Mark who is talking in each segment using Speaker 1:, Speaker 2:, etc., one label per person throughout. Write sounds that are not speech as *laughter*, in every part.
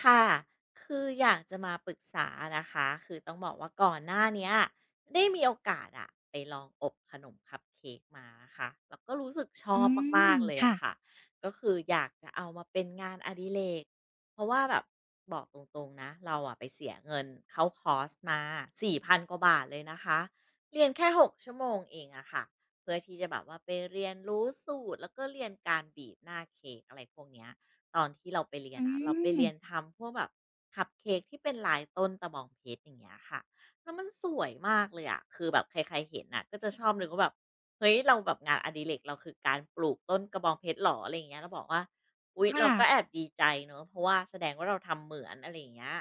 Speaker 1: ค่ะคืออยากจะมาปรึกษานะคะ คือต้องบอกว่าก่อนหน้าเนี้ยได้มีโอกาสไปลองอบขนมคัพเค้กมานะคะแล้วก็รู้สึกช
Speaker 2: อื
Speaker 1: อบ
Speaker 2: ม
Speaker 1: มากๆเลย
Speaker 2: ค่ะ
Speaker 1: ค่ะก็คืออยากจะเอามาเป็นงานอดิเรกเพราะว่าแบบบอกตรงๆนะ เราไปเสียเงินเข้าคอร์สมา4,000กว่าบาทเลยนะคะเรียนแค่6ชั่วโมงเองค่ะเพื่อที่จะแบบว่าไปเรียนรู้สูตรแล้วก็เรียนการบีบหน้าเค้กอะไรพวกเนี้ย ตอนที่เราไปเรีย
Speaker 2: อื
Speaker 1: นเราไป
Speaker 2: ม
Speaker 1: เรียนทำพวกแบบคัพเค้กที่เป็นลายต้นตะบองเพชรอย่างเงี้ยค่ะแล้วมันสวยมากเลยคือแบบใครๆเห็นก็จะชอบนึกว่าแบบเฮ้ยเราแบบงานอดิเรกเราคือการปลูกต้นกระบองเพชรหรออะไรอย่างเงี้ยเราบอกว่าอุ๊ย
Speaker 2: ค่ะ
Speaker 1: เราก็แอบดีใจเนอะเพราะว่าแสดงว่าเราทำเหมือนอะไรอย่างเงี้ย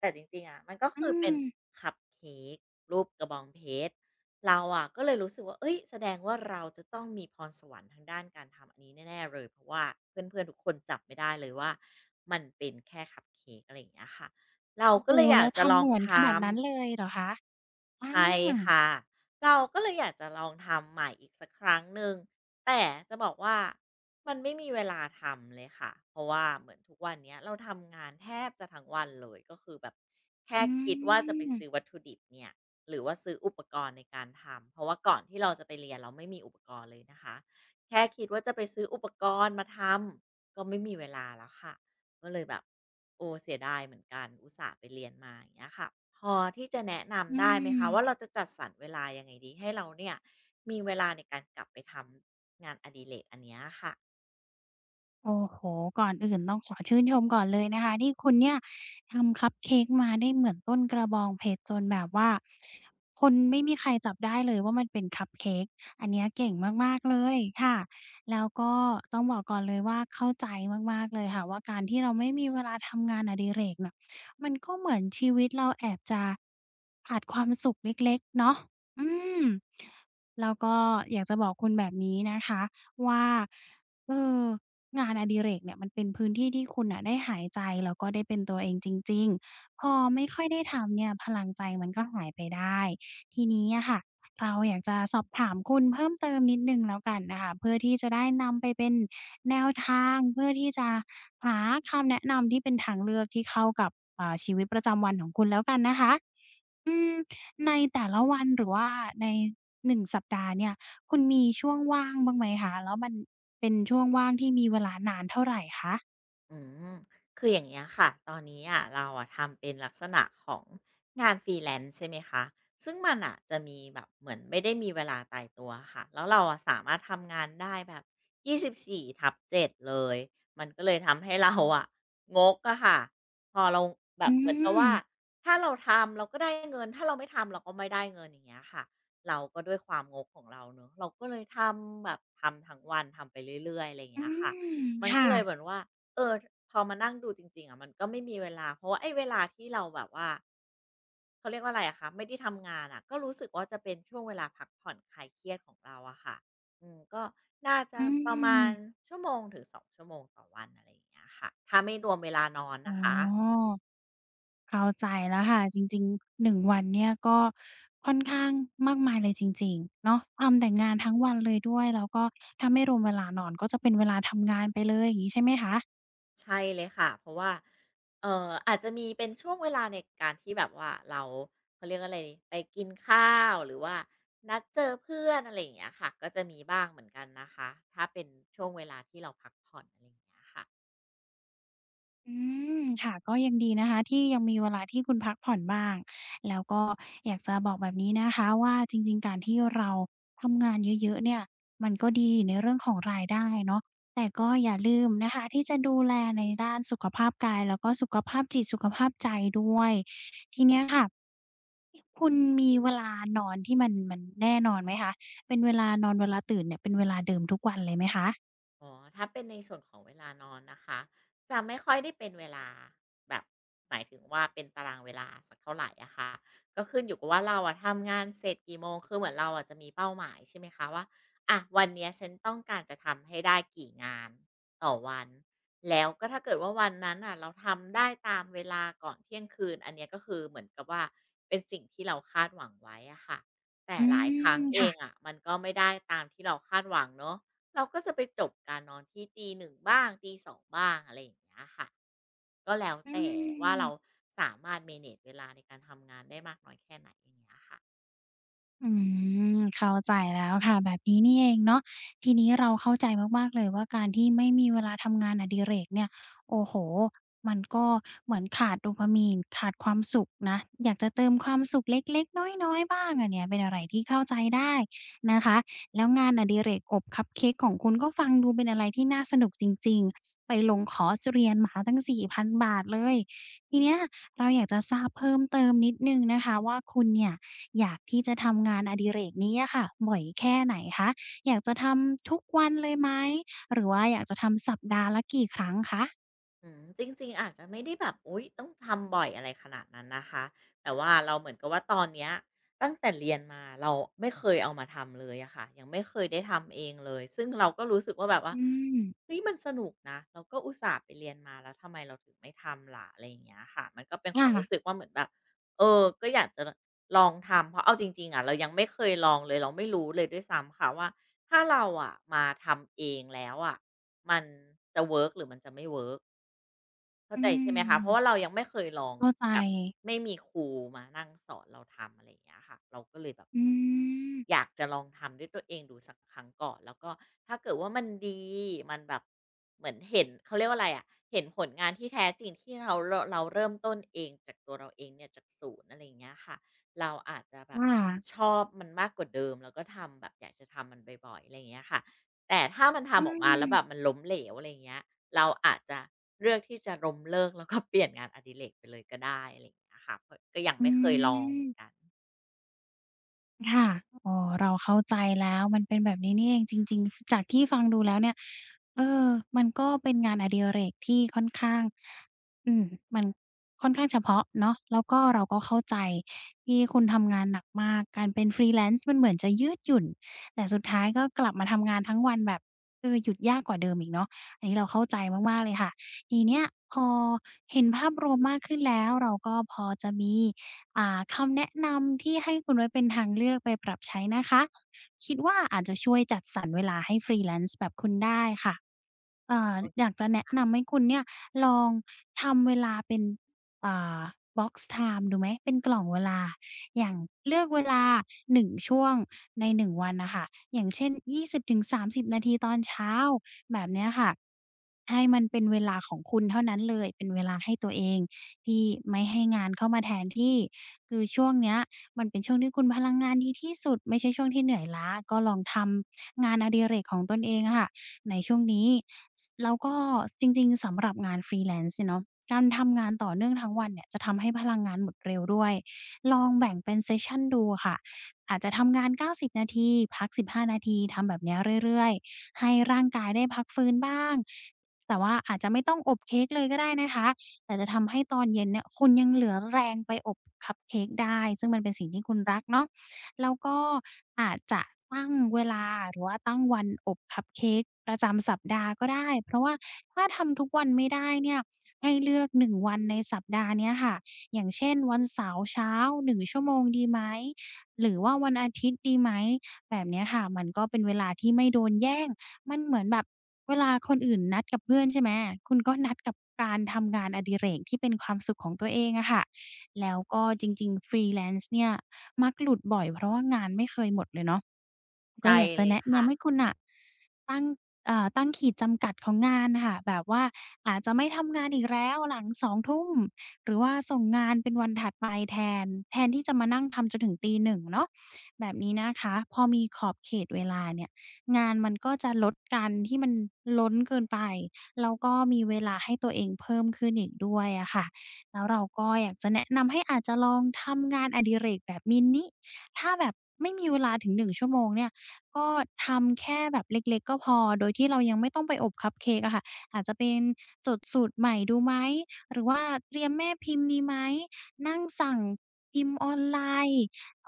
Speaker 1: แต่จริงๆมันก็
Speaker 2: อื
Speaker 1: คือเป็
Speaker 2: ม
Speaker 1: นคัพเค้กรูปกระบองเพชร เราก็เลยรู้สึกว่า เอ้ยแสดงว่าเราจะต้องมีพรสวรรค์ทางด้านการทำอันนี้แน่ๆเลย เพราะว่าเพื่อนๆทุกคนจับไม่ได้เลยว่ามันเป็นแค่คัปเค้กอะไรอย่างเงี้ยค่ะ เรา
Speaker 2: โอ้โฮ
Speaker 1: ก็เลยอยา
Speaker 2: แล้
Speaker 1: ก
Speaker 2: ว
Speaker 1: จะล
Speaker 2: ทำ
Speaker 1: อ
Speaker 2: เห
Speaker 1: ง
Speaker 2: มือน
Speaker 1: ท
Speaker 2: ขนาดนั้นเล
Speaker 1: ำ
Speaker 2: ยเหรอคะอา
Speaker 1: ใช่ค่ะเราก็เลยอยากจะลองทำใหม่อีกสักครั้งหนึ่งแต่จะบอกว่ามันไม่มีเวลาทำเลยค่ะเพราะว่าเหมือนทุกวันเนี้ยเราทำงานแทบจะทั้งวันเลยก็คือแบบแค่
Speaker 2: อื
Speaker 1: คิดว่าจะไป
Speaker 2: ม
Speaker 1: ซื้อวัตถุดิบเนี่ยหรือว่าซื้ออุปกรณ์ในการทำเพราะว่าก่อนที่เราจะไปเรียนเราไม่มีอุปกรณ์เลยนะคะแค่คิดว่าจะไปซื้ออุปกรณ์มาทำก็ไม่มีเวลาแล้วค่ะ ก็เลยแบบโอ้เสียดายเหมือนกันอุตส่าห์ไปเรียนมาอย่างเงี้ยค่ะพอที่จะแนะ
Speaker 2: อื
Speaker 1: นำได้ไหมคะว่า
Speaker 2: ม
Speaker 1: เราจะจัดสรรเวลายังไงดีให้เราเนี่ยมีเวลาในการกลับไปทำงานอดิเรกอันเนี้ยค่ะ
Speaker 2: โอ้โฮก่อนอื่นต้องขอชื่นชมก่อนเลยนะคะที่คุณเนี่ยทำคัปเค้กมาได้เหมือนต้นกระบองเพชรจนแบบว่าคนไม่มีใครจับได้เลยว่ามันเป็นคัปเค้กอันเนี้ยเก่งมากๆเลยค่ะแล้วก็ต้องบอกก่อนเลยว่าเข้าใจมากๆเลยค่ะว่าการที่เราไม่มีเวลาทำงานอดิเรกน่ะมันก็เหมือนชีวิตเราแอบจะขาดความสุขเล็กๆเนาะอืมแล้วก็อยากจะบอกคุณแบบนี้นะคะว่าเออ งานอดิเรกเนี่ยมันเป็นพื้นที่ที่คุณน่ะได้หายใจแล้วก็ได้เป็นตัวเองจริงๆพอไม่ค่อยได้ทำเนี่ยพลังใจมันก็หายไปได้ทีนี้อะค่ะเราอยากจะสอบถามคุณเพิ่มเติมนิดหนึ่งแล้วกันนะคะเพื่อที่จะได้นำไปเป็นแนวทางเพื่อที่จะหาคำแนะนำที่เป็นทางเลือกที่เข้ากับชีวิตประจำวันของคุณแล้วกันนะคะ อืมในแต่ละวันหรือว่าใน1 สัปดาห์เนี่ยคุณมีช่วงว่างบ้างไหมคะแล้วมันเป็นช่วงว่างที่มีเวลานานเท่าไรคะ
Speaker 1: อืมคืออย่างเงี้ยค่ะตอนนี้เราทำเป็นลักษณะของงานฟรีแลนซ์ใช่ไหมคะซึ่งมันจะมีแบบเหมือนไม่ได้มีเวลาตายตัวค่ะแล้วเราสามารถทำงานได้แบบยี่สิบสี่ทับเจ็ดเลยมันก็เลยทำให้เรางกค่ะพอเราแบ
Speaker 2: อื
Speaker 1: บเหมือนกับ
Speaker 2: ม
Speaker 1: ว่าถ้าเราทำเราก็ได้เงินถ้าเราไม่ทำเราก็ไม่ได้เงินอย่างเงี้ยค่ะเราก็ด้วยความงกของเราเนอะเราก็เลยทำแบบทำทั้งวันทำไปเรื่อยๆอะไรอย่าง
Speaker 2: อื
Speaker 1: เงี้ยค่ะ
Speaker 2: ม
Speaker 1: มัน
Speaker 2: ค่ะ
Speaker 1: ก็เลยเหมือนว่า เออพอมานั่งดูจริงๆมันก็ไม่มีเวลาเพราะว่าไอ้เวลาที่เราแบบว่าเขาเรียกว่าอะไรคะไม่ได้ทำงานก็รู้สึกว่าจะเป็นช่วงเวลาพักผ่อนคลายเครียดของเราค่ะอืมก็น่าจะ
Speaker 2: อื
Speaker 1: ประมา
Speaker 2: ม
Speaker 1: ณชั่วโมงถึง2ชั่วโมงต่อวันอะไรอย่างเงี้ยค่ะถ้าไม่รวมเวลานอน
Speaker 2: อ๋
Speaker 1: นะคะ
Speaker 2: อเข้าใจแล้วค่ะจริงๆ1 วันเนี่ยก็ค่อนข้างมากมายเลยจริงๆเนาะทำแต่งานทั้งวันเลยด้วยแล้วก็ถ้าไม่รวมเวลานอน
Speaker 1: ใช่เลยค่ะเพราะว่าอาจจะมีเป็นช่วงเวลาในการที่แบบว่าเราเขาเรียกอะไรดีไปกินข้าวหรือว่านัดเจอเพื่อนอะไรอย่างเงี้ยค่ะก็จะมีบ้างเหมือนกันนะคะถ้าเป็นช่วงเวลาที่เราพักผ่อนอะไรอย่างเงี้ยค่ะ
Speaker 2: อืมค่ะก็ยังดีนะคะที่ยังมีเวลาที่คุณพักผ่อนบ้างแล้วก็อยากจะบอกแบบนี้นะคะว่าจริงๆการที่เราทำงานเยอะๆเนี่ยมันก็ดีในเรื่องของรายได้เนาะแต่ก็อย่าลืมนะคะที่จะดูแลในด้านสุขภาพกายแล้วก็สุขภาพจิตสุขภาพใจด้วยทีเนี้ยค่ะคุณมีเวลานอนที่มันแน่นอนไหมคะเป็นเวลานอนเวลาตื่นเนี่ยเป็นเวลาเดิมทุกวันเลยไหมคะ
Speaker 1: อ๋อ ถ้าเป็นในส่วนของเวลานอนนะคะจะไม่ค่อยได้เป็นเวลาแบบหมายถึงว่าเป็นตารางเวลาสักเท่าไหรค่ะก็ขึ้นอยู่กับว่าเราทำงานเสร็จกี่โมง คือเหมือนเราจะมีเป้าหมายใช่ไหมคะว่าวันเนี้ยฉันต้องการจะทำให้ได้กี่งานต่อวัน แล้วก็ถ้าเกิดว่าวันนั้นเราทำได้ตามเวลาก่อนเที่ยงคืนอันเนี้ยก็คือเหมือนกับว่าเป็นสิ่งที่เราคาดหวังไว้ค่ะแต่
Speaker 2: อื
Speaker 1: หลายครั้
Speaker 2: ม
Speaker 1: งเอ
Speaker 2: ค่ะ
Speaker 1: งมันก็ไม่ได้ตามที่เราคาดหวังเนาะ เราก็จะไปจบการนอนที่ตีหนึ่งบ้างตีสองบ้างอะไรอย่างเงี้ยค่ะก็แล้ว
Speaker 2: อื
Speaker 1: แต่ว่าเรา
Speaker 2: ม
Speaker 1: สามารถ manage เวลาในการทำงานได้มากน้อยแค่ไหนอย่างเงี้ยค่ะ
Speaker 2: อืมเข้าใจแล้วค่ะแบบนี้นี่เองเนาะทีนี้เราเข้าใจมากๆเลยว่าการที่ไม่มีเวลาทำงานอดิเรกเนี่ยโอ้โฮมันก็เหมือนขาดโดพามีนขาดความสุขนะอยากจะเติมความสุขเล็กๆน้อยๆบ้างอะเนี่ยเป็นอะไรที่เข้าใจได้นะคะแล้วงานอดิเรกอบคัพเค้กของคุณก็ฟังดูเป็นอะไรที่น่าสนุกจริงๆไปลงคอร์สเรียนมาตั้ง4,000 บาทเลยทีเนี้ยเราอยากจะทราบเพิ่มเติมนิดหนึ่งนะคะว่าคุณเนี่ย อยากที่จะทำงานอดิเรกนี้อะค่ะบ่อยแค่ไหนคะอยากจะทำทุกวันเลยไหมหรือว่าอยากจะทำสัปดาห์ละกี่ครั้งคะ
Speaker 1: จริงๆอาจจะไม่ได้แบบอุ๊ยต้องทำบ่อยอะไรขนาดนั้นนะคะแต่ว่าเราเหมือนกับว่าตอนเนี้ยตั้งแต่เรียนมาเราไม่เคยเอามาทำเลยอะค่ะยังไม่เคยได้ทำเองเลยซึ่งเราก็รู้สึกว่าแบบว่า
Speaker 2: อืม
Speaker 1: เฮ้ยมันสนุกนะเราก็อุตส่าห์ไปเรียนมาแล้วทำไมเราถึงไม่ทำล่ะอะไรอย่างเงี้ยค่ะมันก็เป็นความรู้สึก
Speaker 2: ค่ะ
Speaker 1: ว่าเหมือนแบบเออก็อยากจะลองทำเพราะเอาจริงๆอะเรายังไม่เคยลองเลยเราไม่รู้เลยด้วยซ้ำค่ะว่าถ้าเราอะมาทำเองแล้วอะมันจะเวิร์กหรือมันจะไม่เวิร์ก เข้า
Speaker 2: อื
Speaker 1: ใจใช่ไหมคะเพราะว่า
Speaker 2: ม
Speaker 1: เรายังไม่เคยลอง
Speaker 2: เข้าใจ
Speaker 1: แบบไม่มีครูมานั่งสอนเราทำอะไรอย่างเงี้ยค่ะเราก็เลยแบบ
Speaker 2: อื
Speaker 1: อ
Speaker 2: ม
Speaker 1: ยากจะลองทำด้วยตัวเองดูสักครั้งก่อนแล้วก็ถ้าเกิดว่ามันดีมันแบบเหมือนเห็นเขาเรียกว่าอะไรอะะเห็นผลงานที่แท้จริงที่เราเริ่มต้นเองจากตัวเราเองเนี่ยจากศูนย์อะไรอย่างเงี้ยค่ะเราอาจจะแบบ
Speaker 2: ค่ะ
Speaker 1: ชอบมันมากกว่าเดิมแล้วก็ทำแบบอยากจะทำมันบ่อยๆอะไรอย่างเงี้ยค่ะ แต่ถ้ามัน
Speaker 2: อื
Speaker 1: ทำออกมาแล้วแบบ
Speaker 2: ม
Speaker 1: มันล้มเหลวอะไรอย่างเงี้ยเราอาจจะเลือกที่จะล้มเลิกแล้วก็ *laughs* เปลี่ยนงานอดิเรกไปเลยก็ได้อะไรอย่างเงี้ยค่ะเพราะก็ยัง
Speaker 2: อื
Speaker 1: ไม่เคยลองเห
Speaker 2: ม
Speaker 1: มือนกัน
Speaker 2: ค่ะอ๋อเราเข้าใจแล้ว มันเป็นแบบนี้นี่เองจริงๆ จากที่ฟังดูแล้วเนี่ยเออมันก็เป็นงานอดิเรกที่ค่อนข้างอืมมันค่อนข้างเฉพาะเนาะแล้วก็เราก็เข้าใจที่คุณทำงานหนักมากการเป็น freelance มันเหมือนจะยืดหยุ่นแต่สุดท้ายก็กลับมาทำงานทั้งวันแบบหยุดยากกว่าเดิมอีกเนาะอันนี้เราเข้าใจมากๆเลยค่ะทีเนี้ยพอเห็นภาพรวมมากขึ้นแล้วเราก็พอจะมี คำแนะนำที่ให้คุณไว้เป็นทางเลือกไปปรับใช้นะคะคิดว่าอาจจะช่วยจัดสรรเวลาให้ฟรีแลนซ์แบบคุณได้ค่ะเอ่ออ
Speaker 1: โอ
Speaker 2: ยากจะแนะนำให้คุณเนี่ยลองทำเวลาเป็นอ่า box time ดูไหมเป็นกล่องเวลาอย่างเลือกเวลา1ช่วงใน1วันนะคะอย่างเช่น20-30นาทีตอนเช้าแบบเนี้ยค่ะให้มันเป็นเวลาของคุณเท่านั้นเลยเป็นเวลาให้ตัวเองที่ไม่ให้งานเข้ามาแทนที่ คือช่วงเนี้ยมันเป็นช่วงที่คุณพลังงานดีที่สุดไม่ใช่ช่วงที่เหนื่อยล้าก็ลองทำงานอดิเรกของตนเองอะค่ะในช่วงนี้สแล้วก็จริงๆสำหรับงาน Freelance เนี่ยเนาะการทำงานต่อเนื่องทั้งวันเนี่ยจะทำให้พลังงานหมดเร็วด้วยลองแบ่งเป็นเซสชันดูอะค่ะอาจจะทำงาน90นาทีพัก15นาทีทำแบบเนี้ยเรื่อยๆให้ร่างกายได้พักฟื้นบ้างแต่ว่าอาจจะไม่ต้องอบเค้กเลยก็ได้นะคะ แต่จะทำให้ตอนเย็นเนี่ยคุณยังเหลือแรงไปอบคัพเค้กได้ซึ่งมันเป็นสิ่งที่คุณรักเนาะแล้วก็อาจจะตั้งเวลาหรือว่าตั้งวันอบคัพเค้กประจำสัปดาห์ก็ได้เพราะว่าถ้าทำทุกวันไม่ได้เนี่ยให้เลือก1วันในสัปดาห์เนี้ยค่ะอย่างเช่นวันเสาร์เช้า1ชั่วโมงดีไหมหรือว่าวันอาทิตย์ดีไหมแบบเนี้ยค่ะมันก็เป็นเวลาที่ไม่โดนแย่ง มันเหมือนแบบเวลาคนอื่นนัดกับเพื่อนใช่ไหมคุณก็นัดกับการทำงานอดิเรกที่เป็นความสุขของตัวเองอะค่ะแล้วก็จริงๆ Freelance เนี่ยมักหลุดบ่อยเพราะว่างานไม่เคยหมดเลยเนาะก็
Speaker 1: ใช่
Speaker 2: อยากจะ
Speaker 1: เลย
Speaker 2: แนะ
Speaker 1: ค่ะ
Speaker 2: นำให้คุณน่ะตั้งเอ่อตั้งขีดจำกัดของงานน่ะค่ะแบบว่าอาจจะไม่ทำงานอีกแล้วหลังสองทุ่มหรือว่าส่งงานเป็นวันถัดไปแทนที่จะมานั่งทำจนถึงตี1เนาะแบบนี้นะคะพอมีขอบเขตเวลาเนี่ย งานมันก็จะลดกันที่มันล้นเกินไปแล้วก็มีเวลาให้ตัวเองเพิ่มขึ้นอีกด้วยอะค่ะแล้วเราก็อยากจะแนะนำให้อาจจะลองทำงานอดิเรกแบบมินิถ้าแบบไม่มีเวลาถึง1ชั่วโมงเนี่ยก็ทำแค่แบบเล็กๆก็พอโดยที่เรายังไม่ต้องไปอบคัพเค้กอะค่ะอาจจะเป็นจดสูตรใหม่ดูไหมหรือว่าเตรียมแม่พิมพ์ดีไหมนั่งสั่งพิมพ์ออนไลน์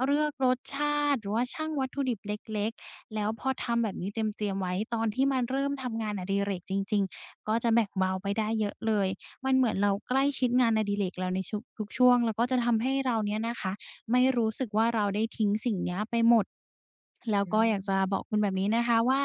Speaker 2: เลือกรสชาติหรือว่าชั่งวัตถุดิบเล็กๆ แล้วพอทำแบบนี้เตรียมๆไว้ตอนที่มันเริ่มทำงานอดิเรกจริงๆก็จะแบ่งเบาไปได้เยอะเลยมันเหมือนเราใกล้ชิดงานอดิเรกเราในชุกทุกช่วงแล้วก็จะทำให้เราเนี่ยนะคะไม่รู้สึกว่าเราได้ทิ้งสิ่งเนี้ยไปหมดแล้ว
Speaker 1: อื
Speaker 2: ก็อยากจะบอก
Speaker 1: ม
Speaker 2: คุณแบบนี้นะคะว่า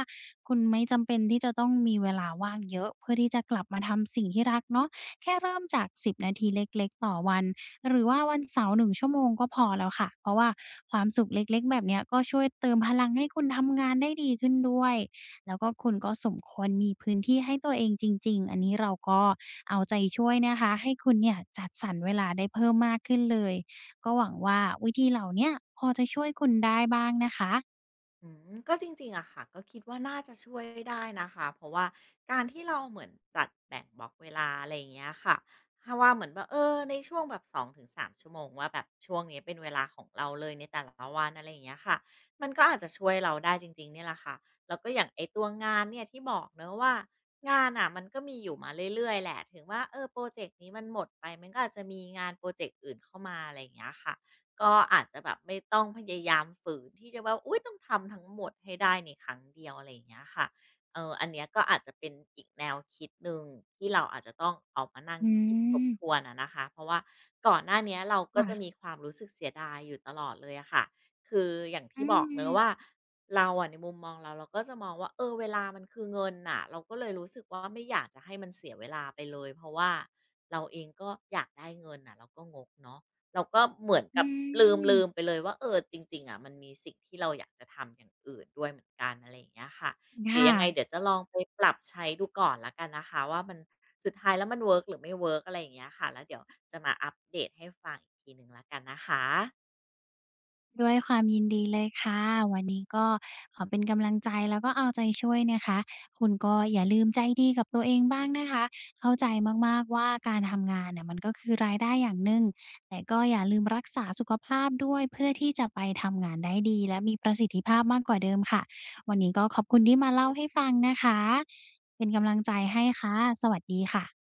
Speaker 2: คุณไม่จำเป็นที่จะต้องมีเวลาว่างเยอะเพื่อที่จะกลับมาทำสิ่งที่รักเนาะแค่เริ่มจาก10นาทีเล็กๆต่อวัน หรือว่าวันเสาร์หนึ่งชั่วโมงก็พอแล้วค่ะเพราะว่าความสุขเล็กๆแบบเนี้ยก็ช่วยเติมพลังให้คุณทำงานได้ดีขึ้นด้วยแล้วก็คุณก็สมควรมีพื้นที่ให้ตัวเองจริงๆอันนี้เราก็เอาใจช่วยนะคะให้คุณเนี่ยจัดสรรเวลาได้เพิ่มมากขึ้นเลยก็หวังว่าวิธีเหล่าเนี้ยพอจะช่วยคุณได้บ้างนะคะ
Speaker 1: อืมก็จริงๆอะค่ะก็คิดว่าน่าจะช่วยได้นะคะเพราะว่าการที่เราเหมือนจัดแบ่งบล็อกเวลาอะไรอย่างเงี้ยค่ะถ้าว่าเหมือนแบบเออในช่วงแบบสองถึงสามชั่วโมงว่าแบบช่วงนี้เป็นเวลาของเราเลยในแต่ละวันอะไรอย่างเงี้ยค่ะมันก็อาจจะช่วยเราได้จริงๆเนี่ยแหละค่ะแล้วก็อย่างไอตัวงานเนี่ยที่บอกเนาะว่างานอะมันก็มีอยู่มาเรื่อยๆแหละถึงว่าเออโปรเจกต์นี้มันหมดไปมันก็อาจจะมีงานโปรเจกต์อื่นเข้ามาอะไรอย่างเงี้ยค่ะ ก็อาจจะแบบไม่ต้องพยายามฝืนที่จะว่าอุยต้องทำทั้งหมดให้ได้ในครั้งเดียวอะไรอย่างเงี้ยค่ะเอออันเนี้ยก็อาจจะเป็นอีกแนวคิดหนึ่งที่เราอาจจะต้องเอามานั่ง
Speaker 2: อื
Speaker 1: คิดทบทว
Speaker 2: ม
Speaker 1: นอะนะคะเพราะว่าก่อนหน้าเนี้ยเราก็จะมี
Speaker 2: ค่ะ
Speaker 1: ความรู้สึกเสียดายอยู่ตลอดเลยอะค่ะคืออย่าง
Speaker 2: อื
Speaker 1: ที่บอก
Speaker 2: ม
Speaker 1: เนอะว่าเราอะในมุมมองเราก็จะมองว่าเออเวลามันคือเงินน่ะเราก็เลยรู้สึกว่าไม่อยากจะให้มันเสียเวลาไปเลยเพราะว่าเราเองก็อยากได้เงินน่ะเราก็งกเนาะ เราก็เหมือน
Speaker 2: อื
Speaker 1: กับลืม
Speaker 2: ม
Speaker 1: ไปเลยว่าเออจริงๆอะมันมีสิ่งที่เราอยากจะทำอย่างอื่นด้วยเหมือนกันอะไรอย่างเงี้ยค่ะเดี๋ยว
Speaker 2: ค่ะ
Speaker 1: ยังไงเดี๋ยวจะลองไปปรับใช้ดูก่อนละวกันนะคะว่ามันสุดท้ายแล้วมันเวิร์กหรือไม่เวิร์กอะไรอย่างเงี้ยค่ะแล้วเดี๋ยวจะมาอัปเดตให้ฟังอีกทีหนึ่งละกันนะคะ
Speaker 2: ด้วยความยินดีเลยค่ะวันนี้ก็ขอเป็นกำลังใจแล้วก็เอาใจช่วยนะคะคุณก็อย่าลืมใจดีกับตัวเองบ้างนะคะเข้าใจมากๆว่าการทำงานเนี่ยมันก็คือรายได้อย่างหนึ่งแต่ก็อย่าลืมรักษาสุขภาพด้วยเพื่อที่จะไปทำงานได้ดีและมีประสิทธิภาพมากกว่าเดิมค่ะวันนี้ก็ขอบคุณที่มาเล่าให้ฟังนะคะเป็นกำลังใจให้ค่ะสวัสดีค่ะ